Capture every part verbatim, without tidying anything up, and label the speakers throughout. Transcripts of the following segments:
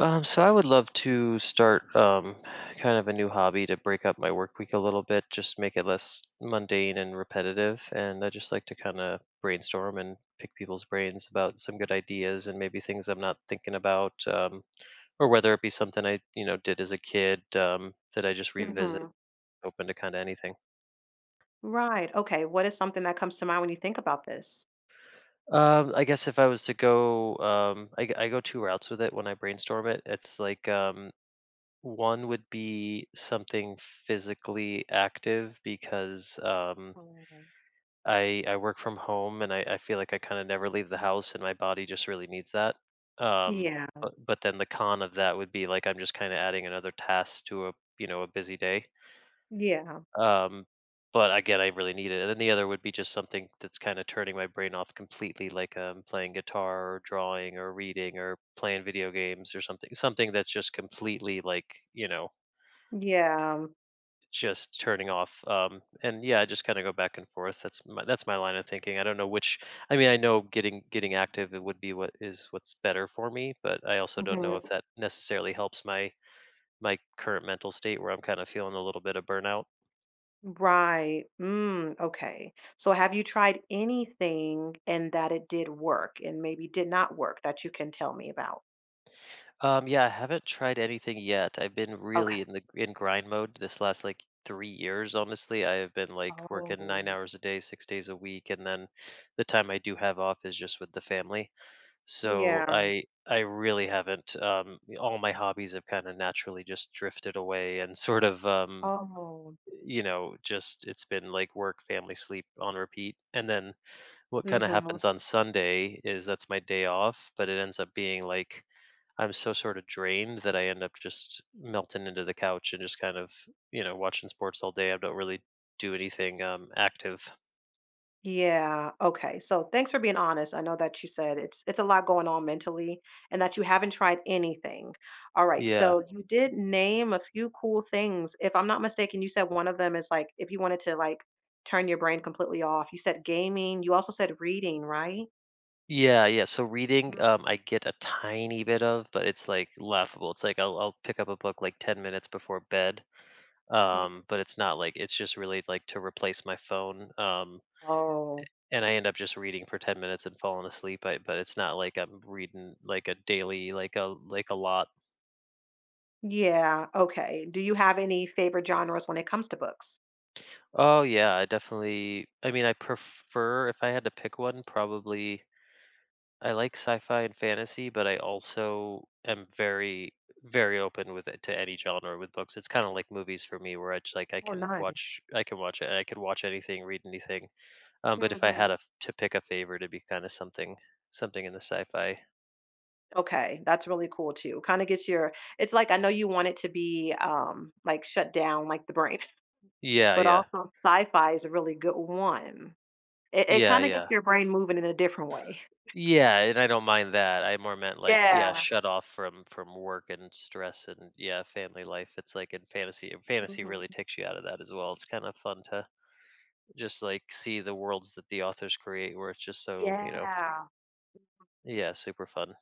Speaker 1: Um, so I would love to start um, kind of a new hobby to break up my work week a little bit, just make it less mundane and repetitive. And I just like to kind of brainstorm and pick people's brains about some good ideas and maybe things I'm not thinking about, um, or whether it be something I you know did as a kid um, that I just revisit.
Speaker 2: Mhm.
Speaker 1: Open to kind of anything.
Speaker 2: Right, okay, what is something that comes to mind when you think about this?
Speaker 1: Um, I guess if I was to go, um, I, g- I go two routes with it when I brainstorm it. It's like um, one would be something physically active because um,
Speaker 2: Oh.
Speaker 1: I I work from home and I, I feel like I kind of never leave the house and my body just really needs that. Um,
Speaker 2: Yeah,
Speaker 1: but but then the con of that would be like I'm just kind of adding another task to a you know a busy day.
Speaker 2: yeah,
Speaker 1: Um, but again, I really need it. And then the other would be just something that's kind of turning my brain off completely, like um, playing guitar or drawing or reading or playing video games or something. Something that's just completely like you know
Speaker 2: yeah,
Speaker 1: just turning off. Um, and yeah, I just kind of go back and forth. That's my that's my line of thinking. I don't know which. I mean, I know getting getting active it would be what is what's better for me, but I also don't know
Speaker 2: mhm,
Speaker 1: if that necessarily helps my my current mental state where I'm kind of feeling a little bit of burnout.
Speaker 2: right, mm, okay, so have you tried anything and that it did work and maybe did not work that you can tell me about?
Speaker 1: Um, yeah, I haven't tried anything yet. I've been
Speaker 2: Okay.
Speaker 1: really in the in grind mode this last like three years. Honestly, I have been like
Speaker 2: Oh.
Speaker 1: working nine hours a day, six days a week, and then the time I do have off is just with the family. So
Speaker 2: Yeah.
Speaker 1: I I really haven't. Um, all my hobbies have kind of naturally just drifted away and sort of um,
Speaker 2: Oh.
Speaker 1: you know just it's been like work, family, sleep on repeat. And then what kind of
Speaker 2: Mhm.
Speaker 1: happens on Sunday is that's my day off, but it ends up being like I'm so sort of drained that I end up just melting into the couch and just kind of you know watching sports all day. I don't really do anything um, active.
Speaker 2: Yeah, okay. So thanks for being honest. I know that you said it's it's a lot going on mentally and that you haven't tried anything. All right.
Speaker 1: Yeah.
Speaker 2: So you did name a few cool things. If I'm not mistaken, you said one of them is like if you wanted to like turn your brain completely off. You said gaming. You also said reading, right?
Speaker 1: Yeah, yeah. So reading, um, I get a tiny bit of, but it's like laughable. It's like I'll I'll pick up a book like ten minutes before bed.
Speaker 2: Mhm.
Speaker 1: Um, but it's not like it's just really like to replace my phone. Um,
Speaker 2: Oh,
Speaker 1: and I end up just reading for ten minutes and falling asleep. I, but it's not like I'm reading like a daily like a like a lot.
Speaker 2: yeah. Okay. Do you have any favorite genres when it comes to books?
Speaker 1: Oh yeah, I definitely. I mean, I prefer if I had to pick one, probably. I like sci-fi and fantasy, but I also am very, very open with it to any genre with books. It's kind of like movies for me, where it's like I
Speaker 2: Oh,
Speaker 1: can watch, I can watch it, I could watch anything, read anything. Um, but if I had
Speaker 2: nice.
Speaker 1: a, f- to pick a favorite, it'd be kind of something, something in the sci-fi.
Speaker 2: Okay, that's really cool too. Kind of gets your it's like I know you want it to be um like shut down like the brain,
Speaker 1: Yeah,
Speaker 2: but
Speaker 1: yeah,
Speaker 2: also sci-fi is a really good one. It it
Speaker 1: yeah,
Speaker 2: kind of gets
Speaker 1: yeah,
Speaker 2: your brain moving in a different way.
Speaker 1: yeah. And I don't mind that. I more meant like, yeah,
Speaker 2: Yeah.
Speaker 1: shut off from from work and stress and yeah, family life. It's like in fantasy, fantasy
Speaker 2: Hmm.
Speaker 1: really takes you out of that as well. It's kind of fun to just like see the worlds that the authors create where it's just so you know
Speaker 2: Yeah.
Speaker 1: yeah, super fun.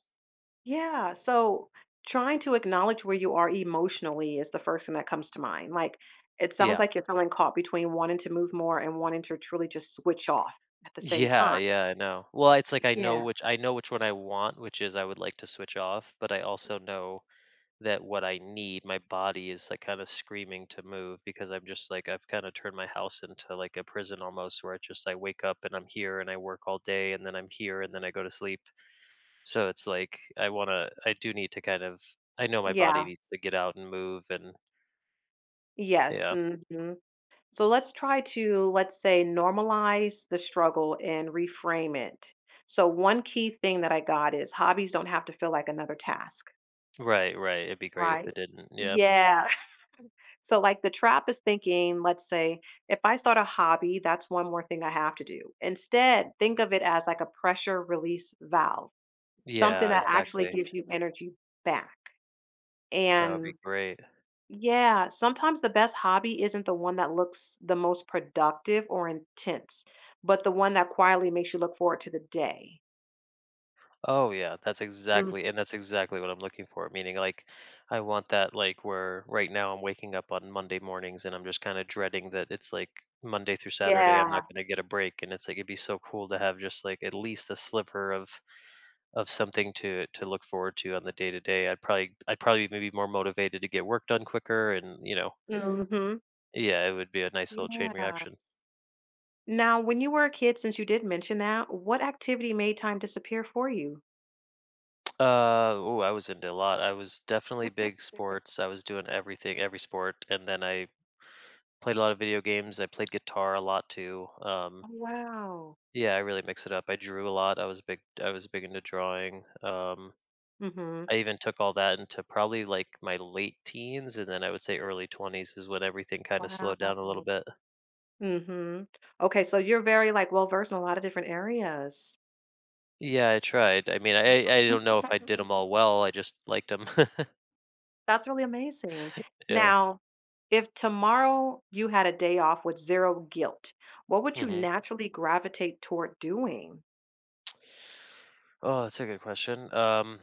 Speaker 2: Yeah. So trying to acknowledge where you are emotionally is the first thing that comes to mind. Like it sounds
Speaker 1: Yeah.
Speaker 2: like you're feeling caught between wanting to move more and wanting to truly just switch off at the same
Speaker 1: yeah
Speaker 2: time.
Speaker 1: yeah I know. Well, it's like i know
Speaker 2: Yeah.
Speaker 1: which I know which one I want, which is I would like to switch off, but I also know that what I need, my body is like kind of screaming to move because I'm just like I've kind of turned my house into like a prison almost, where it's just I wake up and I'm here and I work all day and then I'm here and then I go to sleep. So it's like I want to I do need to kind of I know my body
Speaker 2: Yeah.
Speaker 1: needs to get out and move and
Speaker 2: Yes.
Speaker 1: yeah.
Speaker 2: Hmm. So let's try to, let's say, normalize the struggle and reframe it. So, one key thing that I got is hobbies don't have to feel like another task,
Speaker 1: Right, right, it'd be great if
Speaker 2: right?
Speaker 1: it didn't, yeah.
Speaker 2: Yeah. So, like the trap is thinking, let's say, if I start a hobby, that's one more thing I have to do. Instead, think of it as like a pressure release valve, something
Speaker 1: Yeah,
Speaker 2: that actually
Speaker 1: exactly,
Speaker 2: gives you energy back.
Speaker 1: that would be
Speaker 2: And
Speaker 1: great.
Speaker 2: yeah, sometimes the best hobby isn't the one that looks the most productive or intense, but the one that quietly makes you look forward to the day.
Speaker 1: Oh, yeah, that's
Speaker 2: Mm,
Speaker 1: exactly, and that's exactly what I'm looking for, meaning, like, I want that, like, where right now I'm waking up on Monday mornings and I'm just kinda dreading that it's, like, Monday through Saturday, I'm not
Speaker 2: yeah.
Speaker 1: gonna get a break, and it's, like, it'd be so cool to have just, like, at least a sliver of of something to to look forward to on the day to day. I'd probably I'd probably maybe more motivated to get work done quicker and, you know
Speaker 2: Hmm.
Speaker 1: yeah, it would be a nice little chain
Speaker 2: Yeah.
Speaker 1: reaction.
Speaker 2: Now, when you were a kid, since you did mention that, what activity made time disappear for you?
Speaker 1: Uh, oh, I was into a lot. I was definitely big sports. I was doing everything, every sport, and then I played a lot of video games. I played guitar a lot too. Um,
Speaker 2: Oh, wow.
Speaker 1: yeah, I really mix it up. I drew a lot. I was big. I was big into drawing. Um,
Speaker 2: Mm-hmm.
Speaker 1: I even took all that into probably like my late teens, and then I would say early twenties is when everything kind of
Speaker 2: Wow.
Speaker 1: slowed down a little bit.
Speaker 2: Mm-hmm. Okay, so you're very like well versed in a lot of different areas.
Speaker 1: Yeah, I tried. I mean, I I don't know if I did them all well. I just liked them.
Speaker 2: That's really amazing.
Speaker 1: Yeah.
Speaker 2: Now, if tomorrow you had a day off with zero guilt, what would you
Speaker 1: Hmm.
Speaker 2: naturally gravitate toward doing?
Speaker 1: Oh, that's a good question. Um,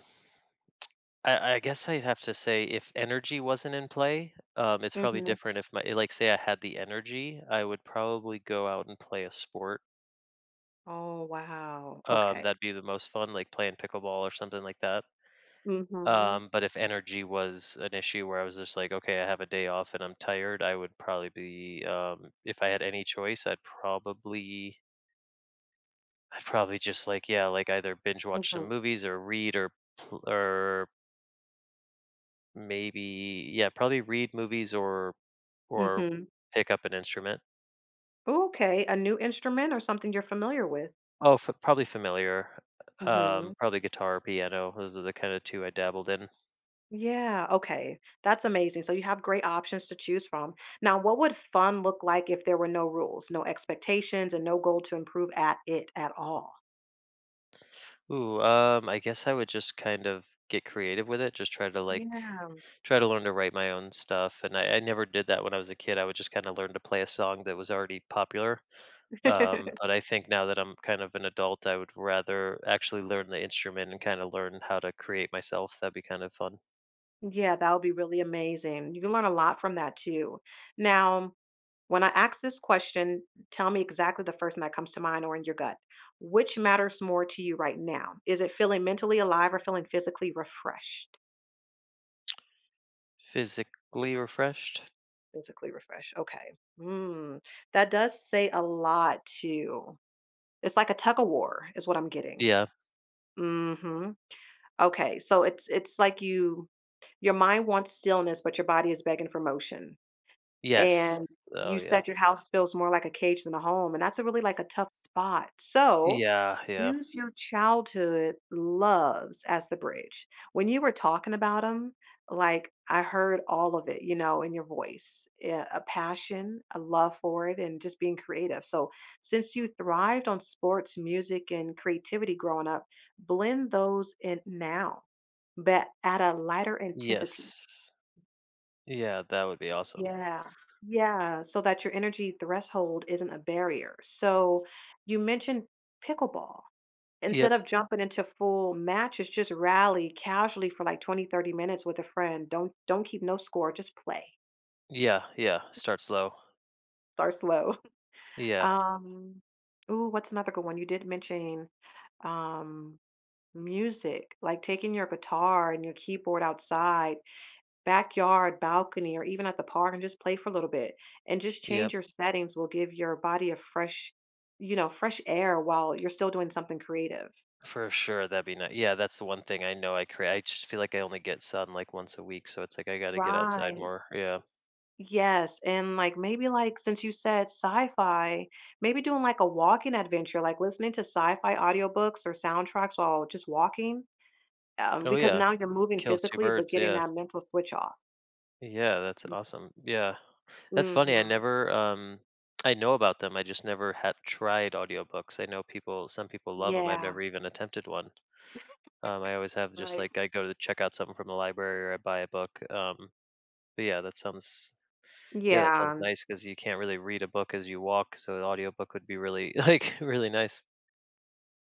Speaker 1: I I guess I'd have to say if energy wasn't in play, um, it's probably
Speaker 2: Mhm.
Speaker 1: different if my like say I had the energy, I would probably go out and play a sport.
Speaker 2: Oh, wow.
Speaker 1: Um,
Speaker 2: Okay.
Speaker 1: that'd be the most fun, like playing pickleball or something like that.
Speaker 2: Mhm.
Speaker 1: Um, but if energy was an issue where I was just like, okay, I have a day off and I'm tired, I would probably be um, if I had any choice, I'd probably I'd probably just like yeah, like either binge watch some
Speaker 2: Mhm.
Speaker 1: movies or read or pl- or maybe yeah, probably read movies or or
Speaker 2: Mhm.
Speaker 1: pick up an instrument.
Speaker 2: Okay, a new instrument or something you're familiar with?
Speaker 1: Oh, f probably familiar,
Speaker 2: Mhm.
Speaker 1: um, probably guitar, or piano, those are the kinda two I dabbled in.
Speaker 2: Yeah, okay. That's amazing. So you have great options to choose from. Now, what would fun look like if there were no rules, no expectations, and no goal to improve at it at all?
Speaker 1: Ooh, um, I guess I would just kind of get creative with it, just try to, like
Speaker 2: Yeah.
Speaker 1: try to learn to write my own stuff, and I I never did that when I was a kid, I would just kinda learn to play a song that was already popular, um, but I think now that I'm kind of an adult, I would rather actually learn the instrument and kinda learn how to create myself, that'd be kind of fun.
Speaker 2: Yeah, that would be really amazing. You can learn a lot from that too. Now, when I ask this question, tell me exactly the first thing that comes to mind or in your gut. Which matters more to you right now? Is it feeling mentally alive or feeling physically refreshed?
Speaker 1: Physically refreshed?
Speaker 2: Physically refreshed. Okay. Mm, that does say a lot too. It's like a tug of war, is what I'm getting.
Speaker 1: Yeah.
Speaker 2: Hmm. Okay. So it's it's like you your mind wants stillness, but your body is begging for motion.
Speaker 1: Yes.
Speaker 2: And
Speaker 1: Oh,
Speaker 2: you
Speaker 1: yeah.
Speaker 2: said your house feels more like a cage than a home, and that's a really, like, a tough spot. So,
Speaker 1: Yeah, yeah.
Speaker 2: use your childhood loves as the bridge. When you were talking about them, like, I heard all of it, you know, in your voice, eh, a passion, a love for it, and just being creative. So, since you thrived on sports, music, and creativity growing up, blend those in now, but at a lighter intensity.
Speaker 1: Yes. Yeah, that would be awesome.
Speaker 2: Yeah. Yeah. So that your energy threshold isn't a barrier. So you mentioned pickleball. Instead
Speaker 1: Yep.
Speaker 2: of jumping into full matches, just rally casually for like twenty, thirty minutes with a friend. Don't don't keep no score, just play.
Speaker 1: Yeah, yeah. Start slow.
Speaker 2: Start slow.
Speaker 1: Yeah.
Speaker 2: Um, ooh, what's another good one? You did mention um music, like taking your guitar and your keyboard outside backyard, balcony, or even at the park and just play for a little bit. And just change
Speaker 1: Yep.
Speaker 2: your settings will give your body a fresh, you know, fresh air while you're still doing something creative.
Speaker 1: For sure. That'd be nice. Yeah, that's the one thing I know I create. I just feel like I only get sun like once a week, so it's like I got to get outside
Speaker 2: Right.
Speaker 1: more. Yeah.
Speaker 2: Yes. And like maybe like since you said sci-fi, maybe doing like a walking adventure, like listening to sci-fi audiobooks or soundtracks while just walking. Um,
Speaker 1: Oh
Speaker 2: because
Speaker 1: yeah.
Speaker 2: now you're moving
Speaker 1: Kills two
Speaker 2: physically, but
Speaker 1: birds.
Speaker 2: getting
Speaker 1: Yeah.
Speaker 2: that mental switch off.
Speaker 1: Yeah, that's awesome. Yeah. That's funny. I
Speaker 2: Mm-hmm.
Speaker 1: never um I know about them. I just never had tried audiobooks. I know people some people love them. I've
Speaker 2: Yeah.
Speaker 1: never even attempted one. Um, I always have just
Speaker 2: Right.
Speaker 1: like I go to check out something from the library or I buy a book. Um, but yeah, that sounds yeah, that sounds
Speaker 2: Yeah.
Speaker 1: nice because you can't really read a book as you walk, so an audiobook would be really like really nice.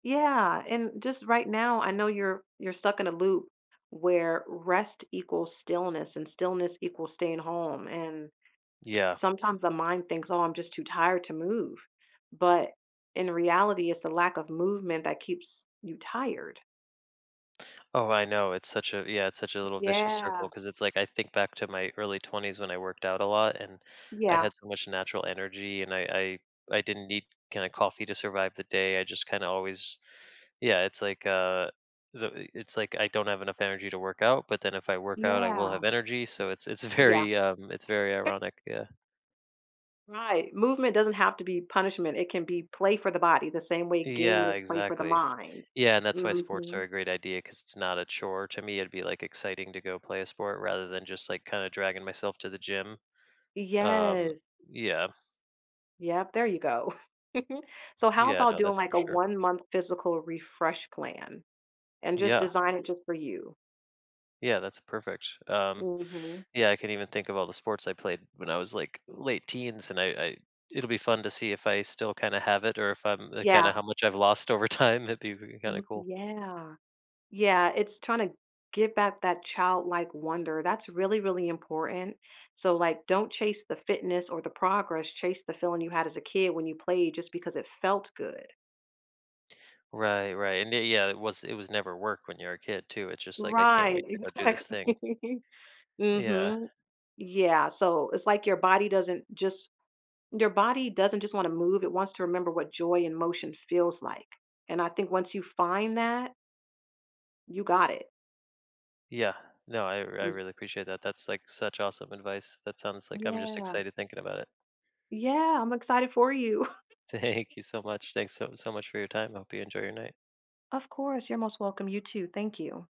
Speaker 2: Yeah, and just right now, I know you're you're stuck in a loop where rest equals stillness and stillness equals staying home. And
Speaker 1: Yeah.
Speaker 2: sometimes the mind thinks, "Oh, I'm just too tired to move." But in reality, it's the lack of movement that keeps you tired.
Speaker 1: Oh, I know. It's such a yeah, it's such a little vicious circle
Speaker 2: Yeah.
Speaker 1: because it's like I think back to my early twenties when I worked out a lot and I
Speaker 2: Yeah.
Speaker 1: had so much natural energy and I I, I didn't need kind of coffee to survive the day. I just kind of always yeah, it's like uh the, it's like I don't have enough energy to work out, but then if I work out, I will have
Speaker 2: Yeah.
Speaker 1: energy. So it's it's
Speaker 2: Yeah.
Speaker 1: very um it's very ironic. Yeah.
Speaker 2: Right. Movement doesn't have to be punishment. It can be play for the body, the same way gaming
Speaker 1: Yeah,
Speaker 2: is play for the
Speaker 1: exactly.
Speaker 2: mind.
Speaker 1: Yeah, and that's why sports
Speaker 2: Hmm.
Speaker 1: are a great idea because it's not a chore. To me, it'd be, like, exciting to go play a sport rather than just, like, kinda dragging myself to the gym. Um,
Speaker 2: Yes.
Speaker 1: yeah.
Speaker 2: Yep. There you go. Mhm. So how
Speaker 1: Yeah,
Speaker 2: about
Speaker 1: no,
Speaker 2: doing
Speaker 1: that's
Speaker 2: like
Speaker 1: for
Speaker 2: a
Speaker 1: sure.
Speaker 2: one month physical refresh plan and just
Speaker 1: Yeah.
Speaker 2: design it just for you?
Speaker 1: Yeah, that's perfect. Um,
Speaker 2: Hmm.
Speaker 1: yeah, I can even think of all the sports I played when I was, like, late teens, and I I it'll be fun to see if I still kinda have it or if I'm like, kinda
Speaker 2: Yeah.
Speaker 1: how much I've lost over time. It'd be kinda
Speaker 2: Mm,
Speaker 1: cool.
Speaker 2: yeah. Yeah. It's trying to give back that childlike wonder. That's really, really important. So, like, don't chase the fitness or the progress, chase the feeling you had as a kid when you played just because it felt good.
Speaker 1: Right, right, and, eh, yeah, it was it was never work when you're a kid too. It's just like, "I can't
Speaker 2: Right.
Speaker 1: wait to go do this thing."
Speaker 2: Exactly.
Speaker 1: Yeah.
Speaker 2: Hmm. Yeah. So it's like your body doesn't just your body doesn't just want to move, it wants to remember what joy and motion feels like. And I think once you find that, you got it.
Speaker 1: Yeah. No, I I
Speaker 2: Mm.
Speaker 1: really appreciate that. That's like such awesome advice. That sounds like I'm just
Speaker 2: Yeah.
Speaker 1: excited thinking about it.
Speaker 2: Yeah, I'm excited for you.
Speaker 1: Thank you so much. Thanks so so much for your time. I hope you enjoy your night.
Speaker 2: Of course, you're most welcome. You too. Thank you.